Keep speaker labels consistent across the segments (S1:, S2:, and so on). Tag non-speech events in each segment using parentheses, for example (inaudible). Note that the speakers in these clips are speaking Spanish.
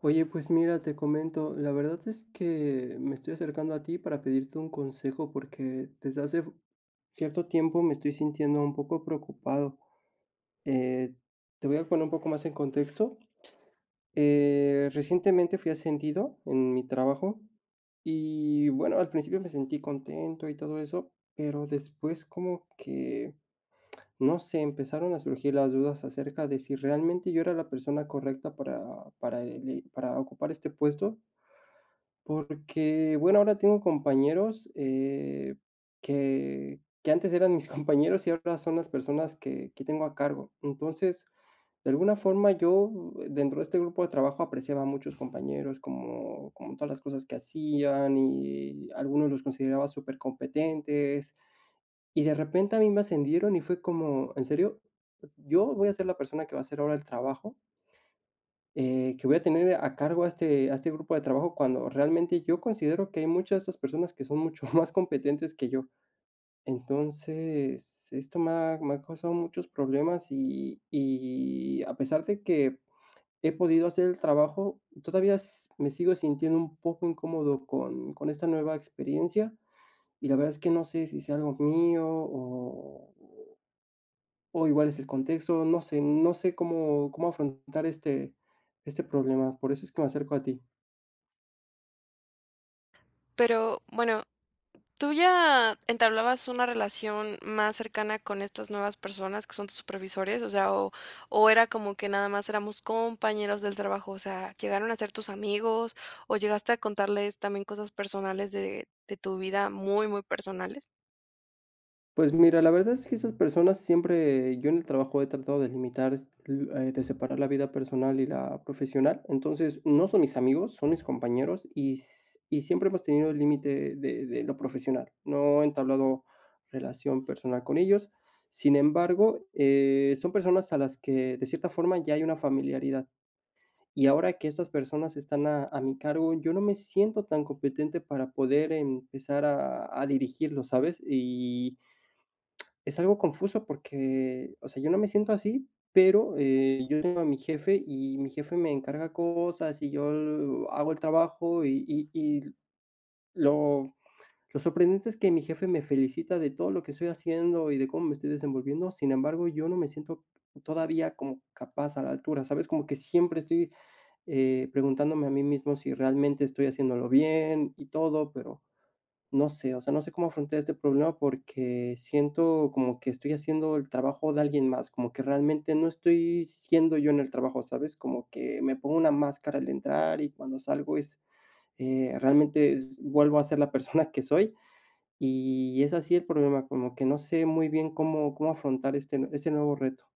S1: Oye, pues mira, te comento, la verdad es que me estoy acercando a ti para pedirte un consejo porque desde hace cierto tiempo me estoy sintiendo un poco preocupado. Eh, Te voy a poner un poco más en contexto. Recientemente fui ascendido en mi trabajo y bueno, al principio me sentí contento y todo eso, pero después como que, no sé, empezaron a surgir las dudas acerca de si realmente yo era la persona correcta para, para para ocupar este puesto porque, bueno, ahora tengo compañeros, que antes eran mis (laughs) compañeros y ahora son las personas que tengo a cargo. Entonces, de alguna forma, yo dentro de este grupo de trabajo apreciaba a muchos compañeros, como todas las cosas que hacían, y algunos los consideraba supercompetentes, y de repente a mí me ascendieron y fue como: "¿En serio? ¿Yo voy a ser la persona que va a hacer ahora el trabajo?" Que voy a tener a cargo a este grupo de trabajo, cuando realmente yo considero que hay muchas de estas personas que son mucho (laughs) más competentes que yo. Entonces, esto me ha causado muchos problemas y a pesar de que he podido hacer el trabajo, todavía s me sigo sintiendo un poco incómodo con esta nueva experiencia, y la verdad es que no sé si sea algo mío o igual es el contexto, no sé cómo afrontar este problema, por eso es que me acerco a ti.
S2: Pero bueno, ¿tú ya entablabas una relación más cercana con estas nuevas personas que son tus supervisores? O sea, o era como que nada más éramos compañeros del trabajo, o sea, ¿llegaron a ser tus amigos? ¿O llegaste a contarles también cosas personales de tu vida muy, muy personales?
S1: Pues mira, la verdad es que esas personas siempre yo en el trabajo he tratado de limitar, es l de separar la vida personal y la profesional. Entonces, no son mis amigos, son mis compañeros y siempre hemos tenido el límite de lo profesional. No he entablado relación personal con ellos. Sin embargo, son personas a las que, de cierta forma, ya hay una familiaridad. Y ahora que estas personas están a mi cargo, yo no me siento tan competente para poder empezar a dirigirlos, ¿sabes? Y es algo confuso porque, o sea, yo no me siento así, pero, yo tengo a mi jefe y mi jefe me encarga cosas y yo hago el trabajo y lo Lo sorprendente es que mi jefe me felicita de todo lo que estoy haciendo y de cómo me estoy desenvolviendo. Sin embargo, yo no me siento todavía como capaz a la altura, ¿sabes? Como que siempre estoy, preguntándome a mí mismo si realmente estoy haciéndolo bien y todo, pero no sé, o sea, no sé cómo afrontar este problema porque siento como que estoy haciendo el trabajo de alguien más, como que realmente no estoy siendo yo en el trabajo, ¿sabes? Como que me pongo una máscara al entrar y cuando salgo es, realmente vuelvo a ser la persona que soy y es así el problema, como que no sé muy bien cómo, cómo afrontar este, este nuevo reto.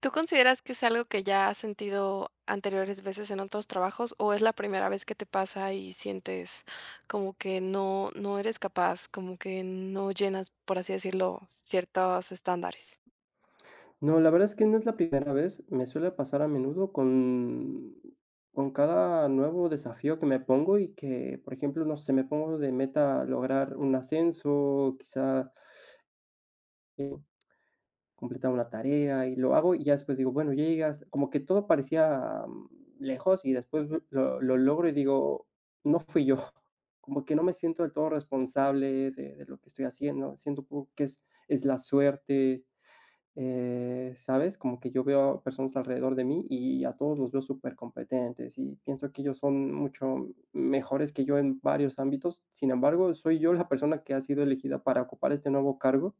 S2: ¿Tú consideras que es algo que ya has sentido anteriores veces en otros trabajos o es la primera vez que te pasa y sientes como que no, no eres capaz, como que no llenas, por así decirlo, ciertos estándares?
S1: No, la verdad es que no es la primera vez, me suele pasar a menudo con cada nuevo desafío que me pongo y que, por ejemplo, no sé, me pongo de meta lograr un ascenso, quizá, eh, completar una tarea y lo hago, y ya después digo: "Bueno, ya llegué como que todo parecía, lejos y después lo logro y digo: "No fui yo", (laughs) como que no me siento del todo responsable de lo que estoy haciendo, siento un poco que es la suerte, ¿sabes? Como que yo veo a personas alrededor de mí y a todos los veo súper competentes y pienso que ellos son mucho mejores que yo en varios ámbitos. Sin embargo, soy yo la persona que ha sido elegida para ocupar este nuevo cargo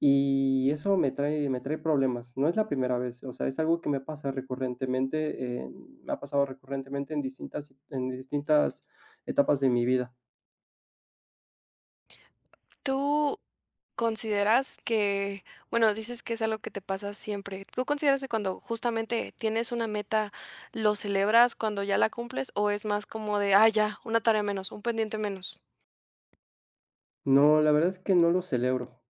S1: y eso me trae problemas. No es la primera vez, o sea, es algo que me pasa recurrentemente, me ha pasado recurrentemente en distintas etapas de mi vida.
S2: ¿Tú consideras que, bueno, dices que es algo que te pasa siempre? ¿Tú consideras que cuando justamente tienes una meta, lo celebras cuando ya la cumples o es más como de, ah, ya, una tarea menos, un pendiente menos?
S1: No, la verdad es que no lo celebro.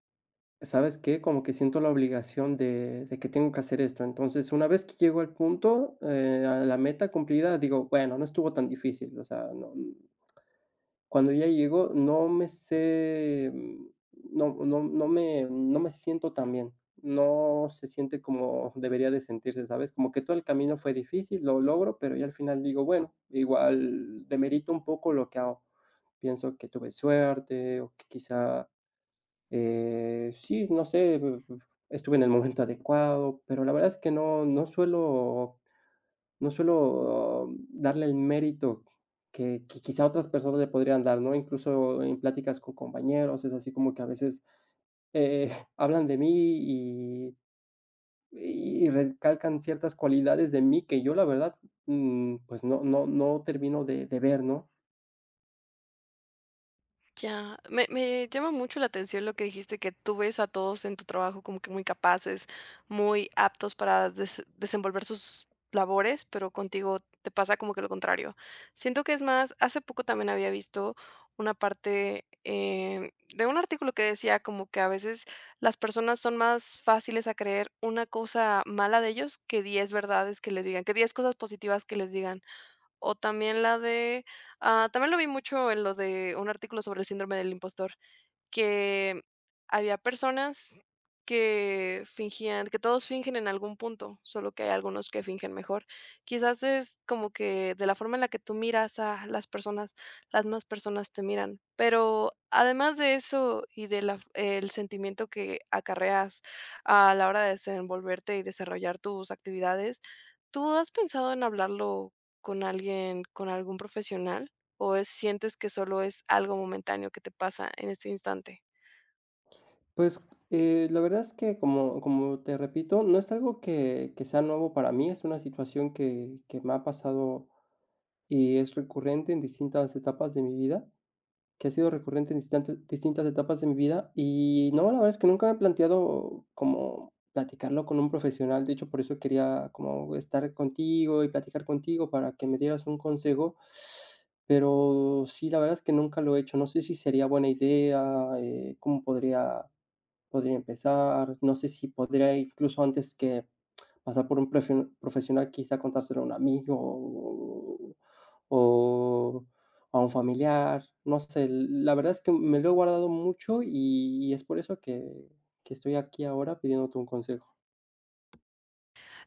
S1: ¿Sabes qué? Como que siento la obligación de que tengo que hacer esto. Entonces, una vez que llego al punto, a la meta cumplida, digo: "Bueno, no estuvo tan difícil". O sea, no, cuando ya llego, no me sé, no me siento tan bien. No se siente como debería de sentirse, ¿sabes? Como que todo el camino fue difícil, lo logro, pero ya al final digo: "Bueno, igual demerito un poco lo que hago". Pienso que tuve suerte o que quizá sí, no sé, estuve en el momento adecuado, pero la verdad es que no no suelo no suelo darle el mérito que quizá otras personas le podrían dar, ¿no? Incluso en pláticas con compañeros, es así como que a veces, eh, (laughs) hablan de mí y y recalcan ciertas cualidades de mí que yo, la verdad, pues no termino de ver, ¿no?
S2: Ya, me llama mucho la atención lo que dijiste, que tú ves a todos en tu trabajo como que muy capaces, muy aptos para desenvolver sus labores, pero contigo te pasa como que lo contrario. Siento que es más, hace poco también había visto una parte de un artículo que decía como que a veces las personas son más fáciles a creer una cosa mala de ellos que 10 verdades que les digan, que 10 cosas positivas que les digan. O también la de, ah, también lo vi mucho en lo de un artículo sobre el síndrome del impostor, que había personas que fingían, que todos fingen en algún punto, solo que hay algunos que fingen mejor. Quizás es como que de la forma en la que tú miras a las personas, las más personas te miran. Pero además de eso y del sentimiento que acarreas a la hora de desenvolverte y desarrollar tus actividades, ¿tú has pensado en hablarlo con alguien, con algún profesional? ¿O es sientes que solo es algo momentáneo que te pasa en este instante?
S1: Pues, la verdad es que, como te repito, no es algo que sea nuevo para mí, es una situación que me ha pasado y es recurrente en distintas etapas de mi vida, que ha sido recurrente en distintas etapas de mi vida. Y no, la verdad es que nunca me he planteado como platicarlo con un profesional. De hecho, por eso quería como estar contigo y platicar contigo para que me dieras un consejo. Pero sí, la verdad es que nunca lo he hecho. No sé si sería buena idea, cómo podría podría empezar, no sé si podría incluso antes que pasar por un profesional, quizá contárselo a un amigo o a un familiar, no sé, la verdad es que me lo he guardado mucho y es por eso que estoy aquí ahora pidiéndote un consejo.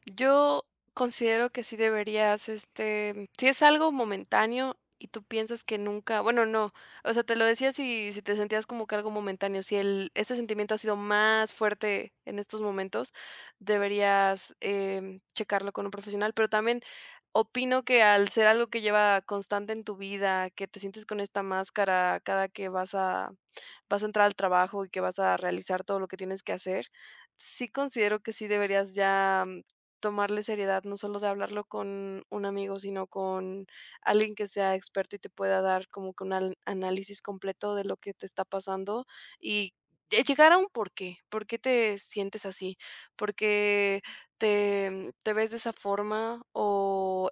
S2: Yo considero que sí deberías, este, si es algo momentáneo y tú piensas que nunca, bueno, no, o sea, te lo decía si, si te sentías como que algo momentáneo, si el, este sentimiento ha sido más fuerte en estos momentos, deberías checarlo con un profesional, pero también opino que al ser algo que lleva constante en tu vida, que te sientes con esta máscara cada que vas a, vas a entrar al trabajo y que vas a realizar todo lo que tienes que hacer, sí considero que sí deberías ya tomarle seriedad, no solo de hablarlo con un amigo, sino con alguien que sea experto y te pueda dar como que un análisis completo de lo que te está pasando y de llegar a un por qué te sientes así, por qué te, te ves de esa forma o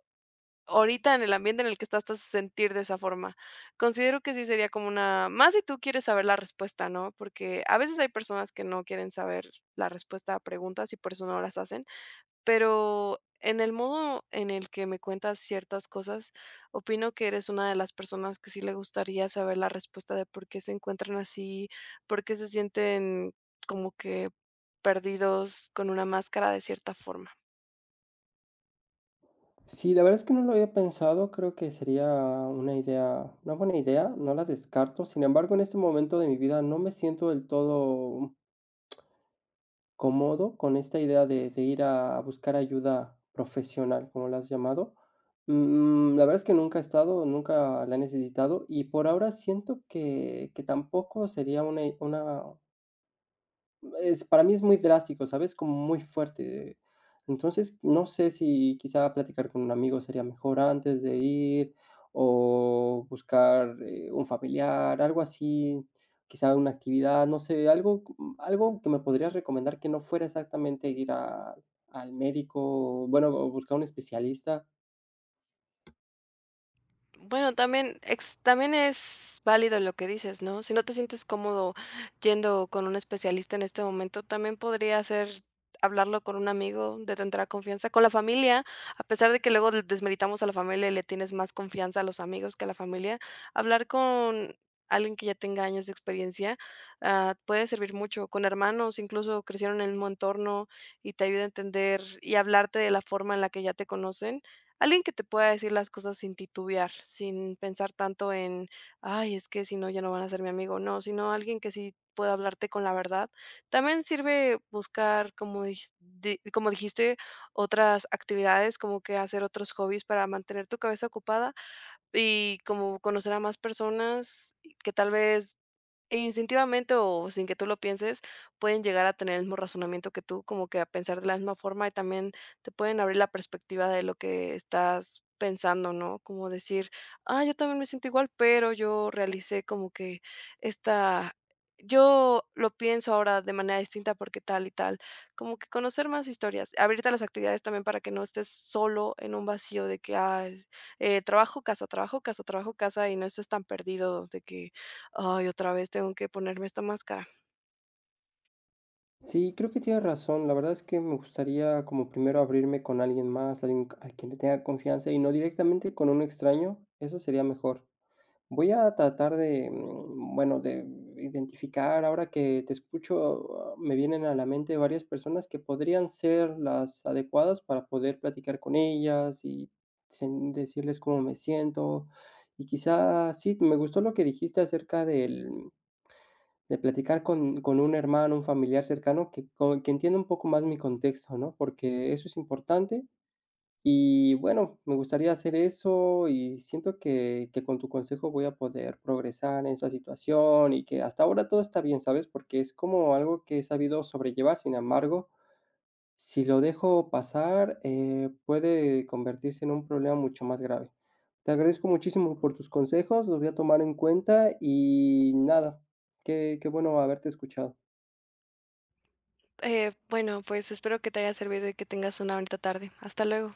S2: ahorita en el ambiente en el que estás te hace sentir de esa forma. Considero que sí sería como una, más si tú quieres saber la respuesta, ¿no? Porque a veces hay personas que no quieren saber la respuesta a preguntas y por eso no las hacen, pero en el modo en el que me cuentas ciertas cosas, opino que eres una de las personas que sí le gustaría saber la respuesta de por qué se encuentran así, por qué se sienten como que perdidos con una máscara de cierta forma.
S1: Sí, la verdad es que no lo había pensado, creo que sería una buena idea, no la descarto. Sin embargo, en este momento de mi vida no me siento del todo cómodo con esta idea de ir a buscar ayuda profesional, como la has llamado. Mm, la verdad es que nunca he estado, nunca la he necesitado y por ahora siento que tampoco sería una es para mí es muy drástico, ¿sabes? Como muy fuerte. Entonces, no sé si quizá platicar con un amigo sería mejor antes de ir o buscar, un familiar, algo así, quizá una actividad, no sé, algo algo que me podrías recomendar que no fuera exactamente ir a al médico, bueno, o buscar un especialista.
S2: Bueno, también ex también es válido lo que dices, ¿no? Si no te sientes cómodo yendo con un especialista en este momento, también podría ser hablarlo con un amigo de tu entera confianza, con la familia, a pesar de que luego de desmeritamos a la familia y le tienes más confianza a los amigos que a la familia, hablar con alguien que ya tenga años de experiencia, ah, puede servir mucho, con hermanos, incluso crecieron en el mismo entorno y te ayuda a entender y hablarte de la forma en la que ya te conocen. Alguien que te pueda decir las cosas sin titubear, sin pensar tanto en, ay, es que si no, ya no van a ser mi amigo, no, sino alguien que sí pueda hablarte con la verdad. También sirve buscar, como, como dijiste, otras actividades, como que hacer otros hobbies para mantener tu cabeza ocupada y como conocer a más personas que tal vez e instintivamente, o sin que tú lo pienses, pueden llegar a tener el mismo razonamiento que tú, como que a pensar de la misma forma y también te pueden abrir la perspectiva de lo que estás pensando, ¿no? Como decir, ah, yo también me siento igual, pero yo realicé como que esta, yo lo pienso ahora de manera distinta porque tal y tal, como que conocer más historias, abrirte a las actividades también para que no estés solo en un vacío de que, ah, trabajo, casa, trabajo, casa, trabajo, casa y no estés tan perdido de que ay, otra vez tengo que ponerme esta máscara.
S1: Sí, creo que tienes razón. La verdad es que me gustaría como primero abrirme con alguien más, alguien a quien le tenga confianza y no directamente con un extraño, eso sería mejor. Voy a tratar de, bueno, de identificar, ahora que te escucho, ah, me vienen a la mente varias personas que podrían ser las adecuadas para poder platicar con ellas y decirles cómo me siento. Y quizá sí, me gustó lo que dijiste acerca del, de platicar con un hermano, un familiar cercano que, que entienda un poco más mi contexto, ¿no? Porque eso es importante y bueno, me gustaría hacer eso y siento que con tu consejo voy a poder progresar en esa situación y que hasta ahora todo está bien, ¿sabes? Porque es como algo que he sabido sobrellevar, sin embargo, si lo dejo pasar, puede convertirse en un problema mucho más grave. Te agradezco muchísimo por tus consejos, los voy a tomar en cuenta y nada, qué, qué bueno haberte escuchado.
S2: Bueno, pues espero que te haya servido y que tengas una bonita tarde. Hasta luego.